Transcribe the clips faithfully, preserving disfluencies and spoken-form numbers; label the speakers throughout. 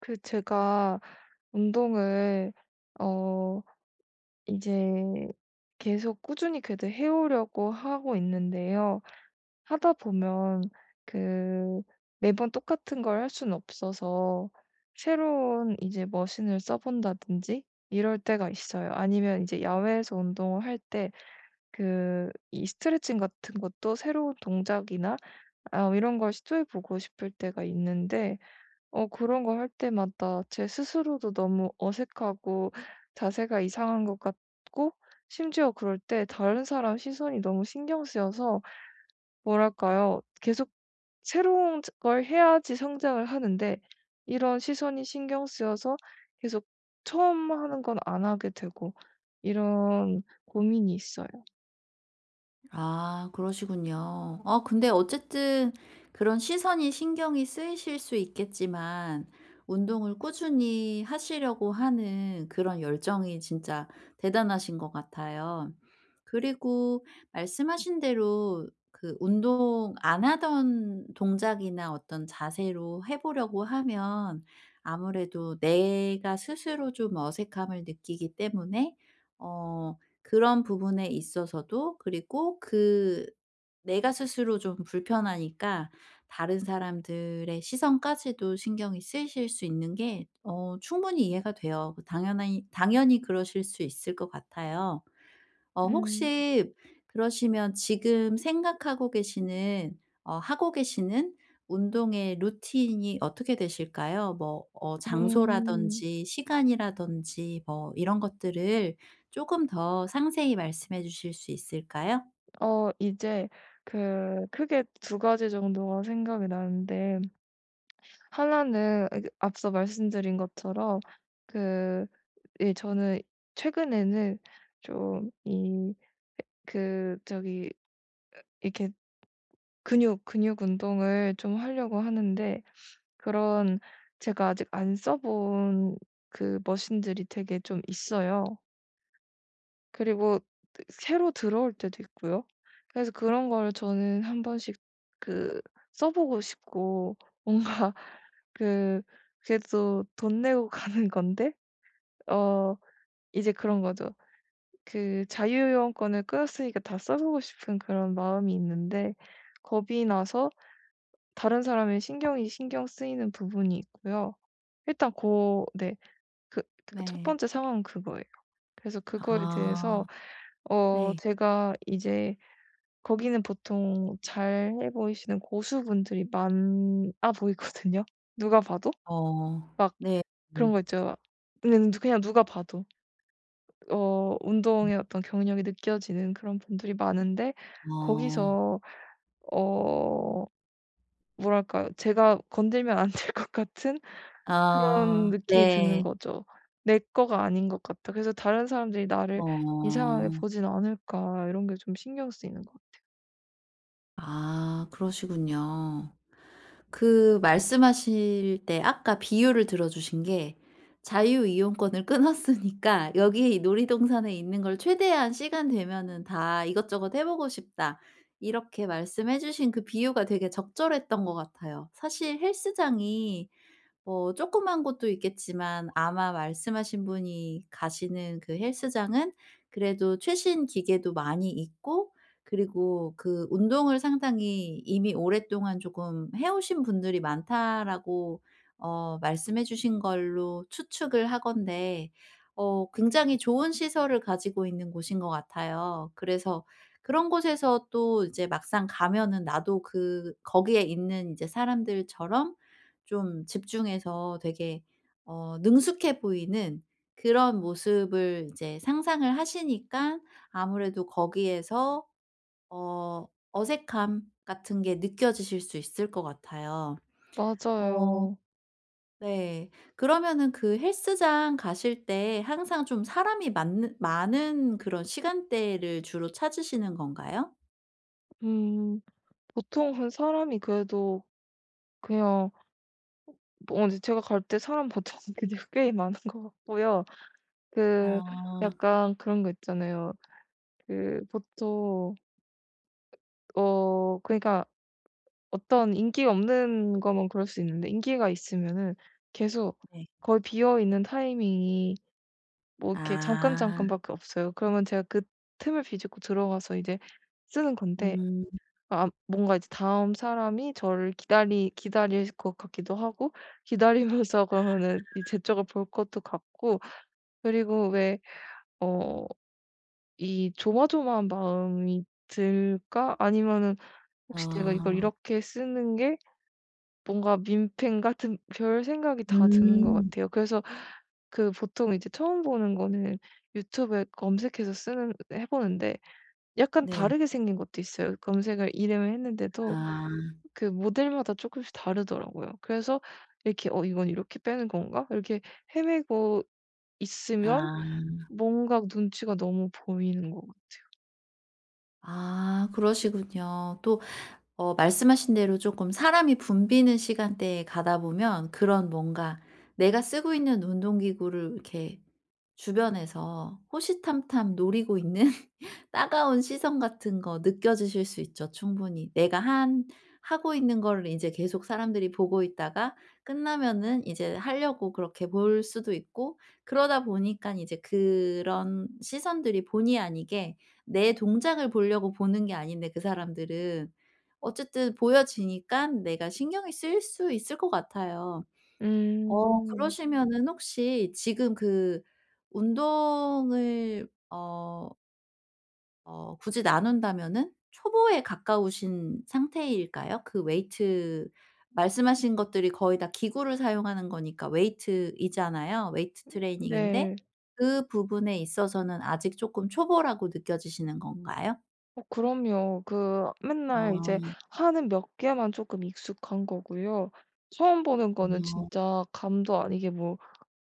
Speaker 1: 그 제가 운동을 어 이제 계속 꾸준히 그래도 해 오려고 하고 있는데요. 하다 보면 그 매번 똑같은 걸 할 수는 없어서 새로운 이제 머신을 써 본다든지 이럴 때가 있어요. 아니면 이제 야외에서 운동을 할 때 그 이 스트레칭 같은 것도 새로운 동작이나 아 이런 걸 시도해 보고 싶을 때가 있는데 어 그런 거 할 때마다 제 스스로도 너무 어색하고 자세가 이상한 것 같고 심지어 그럴 때 다른 사람 시선이 너무 신경 쓰여서 뭐랄까요? 계속 새로운 걸 해야지 성장을 하는데 이런 시선이 신경 쓰여서 계속 처음 하는 건 안 하게 되고 이런 고민이 있어요.
Speaker 2: 아, 그러시군요. 어 근데 어쨌든 그런 시선이 신경이 쓰이실 수 있겠지만 운동을 꾸준히 하시려고 하는 그런 열정이 진짜 대단하신 것 같아요. 그리고 말씀하신 대로 그 운동 안 하던 동작이나 어떤 자세로 해 보려고 하면 아무래도 내가 스스로 좀 어색함을 느끼기 때문에 어 그런 부분에 있어서도 그리고 그 내가 스스로 좀 불편하니까 다른 사람들의 시선까지도 신경이 쓰실 수 있는 게 어 충분히 이해가 돼요. 당연하 당연히 그러실 수 있을 것 같아요. 어
Speaker 1: 음.
Speaker 2: 혹시 그러시면 지금 생각하고 계시는 어 하고 계시는 운동의 루틴이 어떻게 되실까요? 뭐 어
Speaker 1: 음.
Speaker 2: 장소라든지 시간이라든지 뭐 이런 것들을 조금 더 상세히 말씀해 주실 수 있을까요?
Speaker 1: 어 이제 그 크게 두 가지 정도가 생각이 나는데 하나는 아 그 앞서 말씀드린 것처럼 그, 예, 저는 최근에는 좀 이 그 저기 이렇게 근육 근육 운동을 좀 하려고 하는데 그런, 제가 아직 안 써본 그 머신들이 되게 좀 있어요. 그리고 새로 들어올 때도 있고요. 그래서 그런 걸 저는 한 번씩 그 써 보고 싶고 뭔가 그 그래도 돈 내고 가는 건데 어 이제 그런 거죠. 그 자유여원권을 끊었으니까 다 써보고 싶은 그런 마음이 있는데 겁이 나서 다른 사람의 신경이 신경 쓰이는 부분이 있고요. 일단 고, 네. 그, 그 첫
Speaker 2: 네.
Speaker 1: 번째 상황은 그거예요. 그래서 그거에
Speaker 2: 아.
Speaker 1: 대해서 어
Speaker 2: 네.
Speaker 1: 제가 이제 거기는 보통 잘해 보이시는 고수분들이 많아 보이거든요, 누가 봐도.
Speaker 2: 어
Speaker 1: 막
Speaker 2: 네.
Speaker 1: 그런
Speaker 2: 음.
Speaker 1: 거 있죠. 그냥 누- 그냥 누가 봐도. 어
Speaker 2: 음.
Speaker 1: 운동의 어떤 경력이 느껴지는 그런 분들이 많은데
Speaker 2: 어.
Speaker 1: 거기서 어 뭐랄까요. 제가 건들면 안 될 것 같은 그런
Speaker 2: 아
Speaker 1: 느낌이 드는
Speaker 2: 네.
Speaker 1: 거죠. '내 거가 아닌 것 같다. 그래서 다른 사람들이 나를 이상하게
Speaker 2: 어.
Speaker 1: 보진 않을까.' 이런 게 좀 신경 쓰이는 것 같아요.
Speaker 2: 아, 그러시군요. 그 말씀하실 때 아까 비유를 들어 주신 게 자유이용권을 끊었으니까 여기 이 놀이동산에 있는 걸 최대한 시간 되면은 다 이것저것 해 보고 싶다. 이렇게 말씀해 주신 그 비유가 되게 적절했던 것 같아요. 사실 헬스장이 뭐 조그만 곳도 있겠지만 아마 말씀하신 분이 가시는 그 헬스장은 그래도 최신 기계도 많이 있고 그리고 그 운동을 상당히 이미 오랫동안 조금 해 오신 분들이 많다라고 어 말씀해 주신 걸로 추측을 하건데 어 굉장히 좋은 시설을 가지고 있는 곳인 것 같아요. 그래서 그런 곳에서 또 이제 막상 가면은 나도 그 거기에 있는 이제 사람들처럼 좀 집중해서 되게 어 능숙해 보이는 그런 모습을 이제 상상을 하시니까 아무래도 거기에서 어 어색함 같은 게 느껴지실 수 있을 것 같아요. 어
Speaker 1: 맞아요.
Speaker 2: 네. 그러면은 그 헬스장 가실 때 항상 좀 사람이 많 많은 그런 시간대를 주로 찾으시는 건가요?
Speaker 1: 음. 보통은 사람이 그래도 그냥 뭐 이제 제가 갈 때 사람 보통 그냥 꽤 많은 것 같고요. 그
Speaker 2: 아
Speaker 1: 약간 그런 거 있잖아요. 그 보통 어 그러니까 어떤 인기가 없는 거면 그럴 수 있는데 인기가 있으면은 계속
Speaker 2: 네.
Speaker 1: 거의 비어 있는 타이밍이 뭐 이렇게 잠깐
Speaker 2: 아.
Speaker 1: 잠깐밖에 없어요. 그러면 제가 그 틈을 비집고 들어가서 이제 쓰는 건데
Speaker 2: 음.
Speaker 1: 아 뭔가 이제 다음 사람이 저를 기다리 기다릴 것 같기도 하고 기다리면서 그러면은 이 제 쪽을 볼 것도 같고, 그리고 왜 어 이 조마조마한 마음이 들까? 아니면은 '혹시 내가 이걸
Speaker 2: 아.
Speaker 1: 이렇게 쓰는 게 뭔가 민폐인은' 별 생각이 다 드는 것
Speaker 2: 음.
Speaker 1: 같아요. 그래서 그 보통 이제 처음 보는 거는 유튜브에 검색해서 쓰는 해 보는데 약간
Speaker 2: 네.
Speaker 1: 다르게 생긴 것도 있어요. 검색을 이름을 했는데도
Speaker 2: 아.
Speaker 1: 그 모델마다 조금씩 다르더라고요. 그래서 이렇게 '어 이건 이렇게 빼는 건가?' 이렇게 헤매고 있으면
Speaker 2: 아.
Speaker 1: 뭔가 눈치가 너무 보이는 것 같아요.
Speaker 2: 아, 그러시군요. 또 어 말씀하신 대로 조금 사람이 붐비는 시간대에 가다 보면 그런 뭔가 내가 쓰고 있는 운동기구를 이렇게 주변에서 호시탐탐 노리고 있는 따가운 시선 같은 거 느껴지실 수 있죠 충분히. 내가 한 하고 있는 거를 이제 계속 사람들이 보고 있다가 끝나면은 이제 하려고 그렇게 볼 수도 있고 그러다 보니까 이제 그런 시선들이 본의 아니게 내 동작을 보려고 보는 게 아닌데 그 사람들은 어쨌든 보여지니까 내가 신경이 쓰일 수 있을 것 같아요. 어
Speaker 1: 음.
Speaker 2: 그러시면은 혹시 지금 그 운동을 어 어 굳이 나눈다면은 초보에 가까우신 상태일까요? 그 웨이트 말씀하신 것들이 거의 다 기구를 사용하는 거니까 웨이트이잖아요. 웨이트 트레이닝인데
Speaker 1: 네.
Speaker 2: 그 부분에 있어서는 아직 쪼끔 초보라고 느껴지시는 건가요?
Speaker 1: 어 그럼요. 그 맨날 이제
Speaker 2: 어.
Speaker 1: 하는 몇 개만 조금 익숙한 거고요. 처음 보는 거는
Speaker 2: 어.
Speaker 1: 진짜 감도 아니게 뭐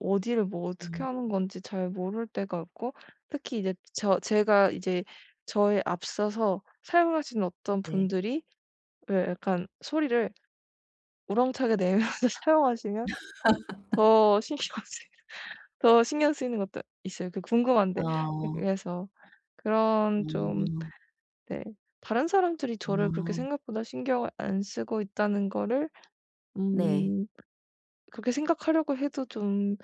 Speaker 1: 어디를 뭐 어떻게
Speaker 2: 음.
Speaker 1: 하는 건지 잘 모를 때가 있고 특히 이제 저 제가 이제 저에 앞서서 사용하시는 어떤
Speaker 2: 네.
Speaker 1: 분들이 왜 약간 소리를 우렁차게 내면서 사용하시면 더 신경 쓰이 더 신경 쓰이는 것도 있어요. 그
Speaker 2: 아.
Speaker 1: 궁금한데.
Speaker 2: 어.
Speaker 1: 그래서 그런 좀,
Speaker 2: 어.
Speaker 1: 네. 다른 사람들이 저를 그렇게
Speaker 2: 어
Speaker 1: 생각보다 신경을 안 쓰고 있다는 거를
Speaker 2: 네.
Speaker 1: 음 그렇게 생각하려고 해도 좀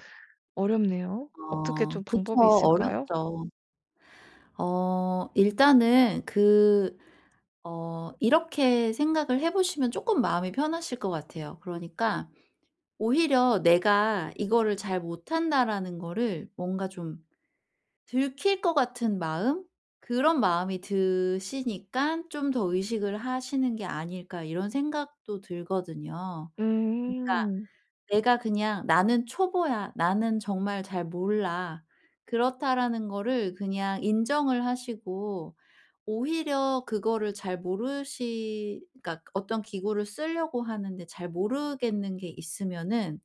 Speaker 1: 어렵네요. 어떻게
Speaker 2: 어
Speaker 1: 좀
Speaker 2: 그쵸.
Speaker 1: 방법이 있을까요?
Speaker 2: 어렵죠. 어 일단은 그 어 이렇게 생각을 해 보시면 쪼끔 마음이 편하실 것 같아요. 그러니까 오히려 '내가 이거를 잘 못한다.'라는 거를 뭔가 좀 들킬 것 같은 마음? 그런 마음이 드시니깐 '좀 더 의식을 하시는 게 아닐까.' 이런 생각도 들거든요. 그니까
Speaker 1: 음.
Speaker 2: 내가 그냥 '나는 초보야. 나는 정말 잘 몰라.' 그렇다라는 거를 그냥 인정을 하시고 오히려 그거를 잘 모르시 그러니까 어떤 기구를 쓰려고 하는데 잘 모르겠는 게 있으면은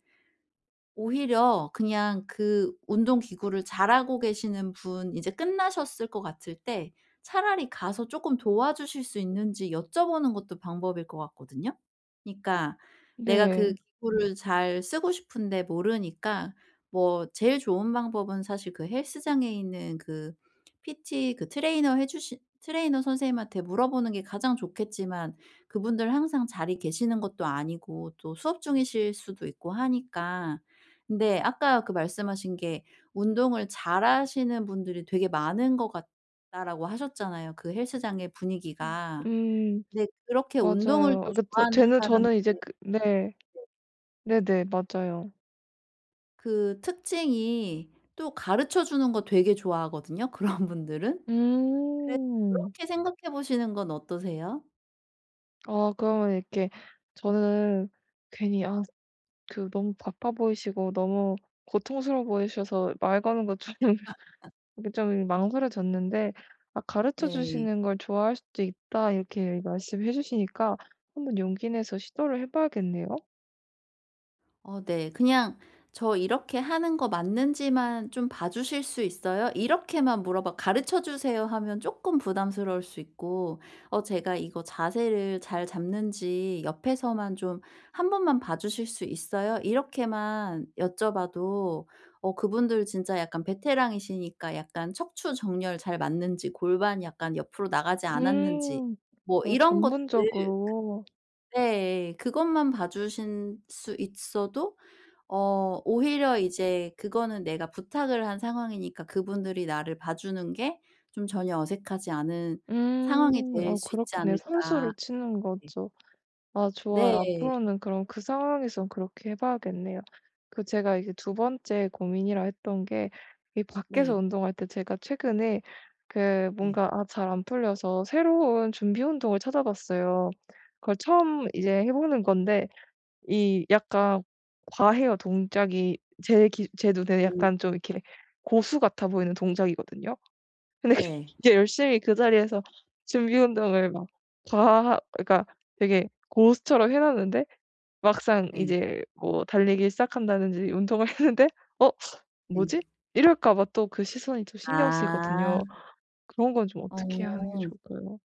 Speaker 2: 오히려 그냥 그 운동 기구를 잘하고 계시는 분 이제 끝나셨을 것 같을 때 차라리 가서 조금 도와주실 수 있는지 여쭤보는 것도 방법일 것 같거든요. 그니까 러 내가 그
Speaker 1: 네.
Speaker 2: 기구를 잘 쓰고 싶은데 모르니까 뭐 제일 좋은 방법은 사실 그 헬스장에 있는 그 피티 그 트레이너 해 주시 트레이너 선생님한테 물어보는 게 가장 좋겠지만 그분들 항상 자리 계시는 것도 아니고 또 수업 중이실 수도 있고 하니까 네. 아까 그 말씀하신 게 "운동을 잘하시는 분들이 되게 많은 것 같다."라고 하셨잖아요, 그 헬스장의 분위기가.
Speaker 1: 음.
Speaker 2: 근데 그렇게 운동을
Speaker 1: 맞아요.
Speaker 2: 또
Speaker 1: 아 그 저
Speaker 2: 좋아하는
Speaker 1: 쟤는 저는 이제
Speaker 2: 사람들의
Speaker 1: 그 네. 네네. 맞아요.
Speaker 2: 그 특징이 또 가르쳐 주는 거 되게 좋아하거든요, 그런 분들은. 그래서
Speaker 1: 음.
Speaker 2: 그렇게 생각해 보시는 건 어떠세요?
Speaker 1: 아 그러면 이렇게 저는 괜히 아 그 너무 바빠 보이시고 너무 고통스러워 보이셔서 말 거는 거좀 이게 좀 망설여졌는데 아 가르쳐
Speaker 2: 네.
Speaker 1: 주시는 걸 좋아할 수도 있다 이렇게 말씀해 주시니까 한번 용기 내서 시도를 해 봐야겠네요.
Speaker 2: 어 네. 그냥 "저 이렇게 하는 거 맞는지만 좀 봐 주실 수 있어요?" 이렇게만 물어봐 "가르쳐 주세요." 하면 조금 부담스러울 수 있고 어 제가 이거 자세를 잘 잡는지 옆에서만 좀 '한 번만 봐 주실 수 있어요?' 이렇게만 여쭤봐도 어 그분들 진짜 약간 베테랑이시니까 약간 척추 정렬 잘 맞는지 골반 약간 옆으로 나가지 않았는지
Speaker 1: 음.
Speaker 2: 뭐
Speaker 1: 아
Speaker 2: 이런 것들
Speaker 1: 전문적으로.
Speaker 2: 네. 그것만 봐 주실 수 있어도 어 오히려 이제 그거는 내가 부탁을 한 상황이니까 그분들이 나를 봐 주는 게 좀 전혀 어색하지 않은 상황이
Speaker 1: 음.
Speaker 2: 될
Speaker 1: 어
Speaker 2: 수 있지
Speaker 1: 그렇겠네요.
Speaker 2: 않을까.
Speaker 1: 선수를 치는
Speaker 2: 네.
Speaker 1: 거죠. 아 좋아요.
Speaker 2: 네.
Speaker 1: 앞으로는 그럼 그 상황에선 그렇게 해 봐야겠네요. 그 제가 이게 두 번째 고민이라 했던 게 이 밖에서
Speaker 2: 네.
Speaker 1: 운동할 때 제가 최근에 그
Speaker 2: 네.
Speaker 1: 뭔가 아 잘 안 풀려서 새로운 준비 운동을 찾아봤어요. 그걸 처음 이제 해 보는 건데 이 약간 과해요, 동작이. 제 기 제 눈에
Speaker 2: 음
Speaker 1: 약간 좀 이렇게 고수 같아 보이는 동작이거든요. 근데 그
Speaker 2: 네.
Speaker 1: 이제 열심히 그 자리에서 준비 운동을 막 다 그러니까 되게 고수처럼 해 놨는데 막상
Speaker 2: 네.
Speaker 1: 이제 뭐 달리기 시작한다든지 운동을 했는데 '어
Speaker 2: 네.
Speaker 1: 뭐지?' 이럴까 봐 또 그 시선이 또 신경
Speaker 2: 아.
Speaker 1: 쓰이거든요. 그런 건 좀 어떻게 하는 게
Speaker 2: 어.
Speaker 1: 좋을까요?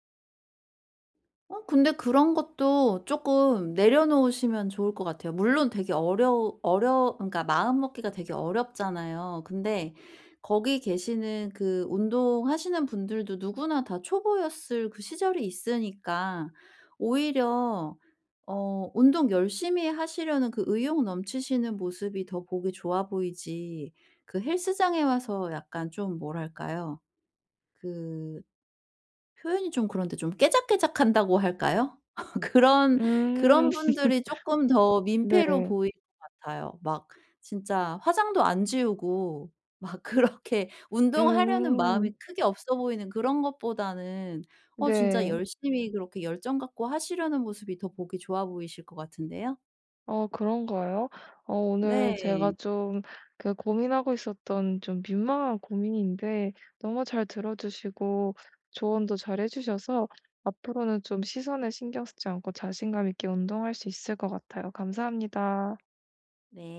Speaker 2: 어 근데 그런 것도 조금 내려놓으시면 좋을 것 같아요. 물론 되게 어려 어려 그러니까 마음 먹기가 되게 어렵잖아요. 근데 거기 계시는 그 운동하시는 분들도 누구나 다 초보였을 그 시절이 있으니까 오히려 어 운동 열심히 하시려는 그 의욕 넘치시는 모습이 더 보기 좋아 보이지 그 헬스장에 와서 약간 좀 뭐랄까요? 그 표현이 좀 그런데 좀 깨작깨작한다고 할까요? 그런
Speaker 1: 음.
Speaker 2: 그런 분들이 조금 더 민폐로
Speaker 1: 네.
Speaker 2: 보일 것 같아요. 막 진짜 화장도 안 지우고 막 그렇게 운동하려는 마음이
Speaker 1: 음.
Speaker 2: 크게 없어 보이는 그런 것보다는 어 진짜
Speaker 1: 네.
Speaker 2: 열심히 그렇게 열정 갖고 하시려는 모습이 더 보기 좋아 보이실 것 같은데요.
Speaker 1: 어 그런가요? 어 오늘
Speaker 2: 네.
Speaker 1: 제가 좀 그 고민하고 있었던 좀 민망한 고민인데 너무 잘 들어 주시고 조언도 잘해 주셔서 앞으로는 좀 시선에 신경 쓰지 않고 자신감 있게 운동할 수 있을 것 같아요. 감사합니다.
Speaker 2: 네.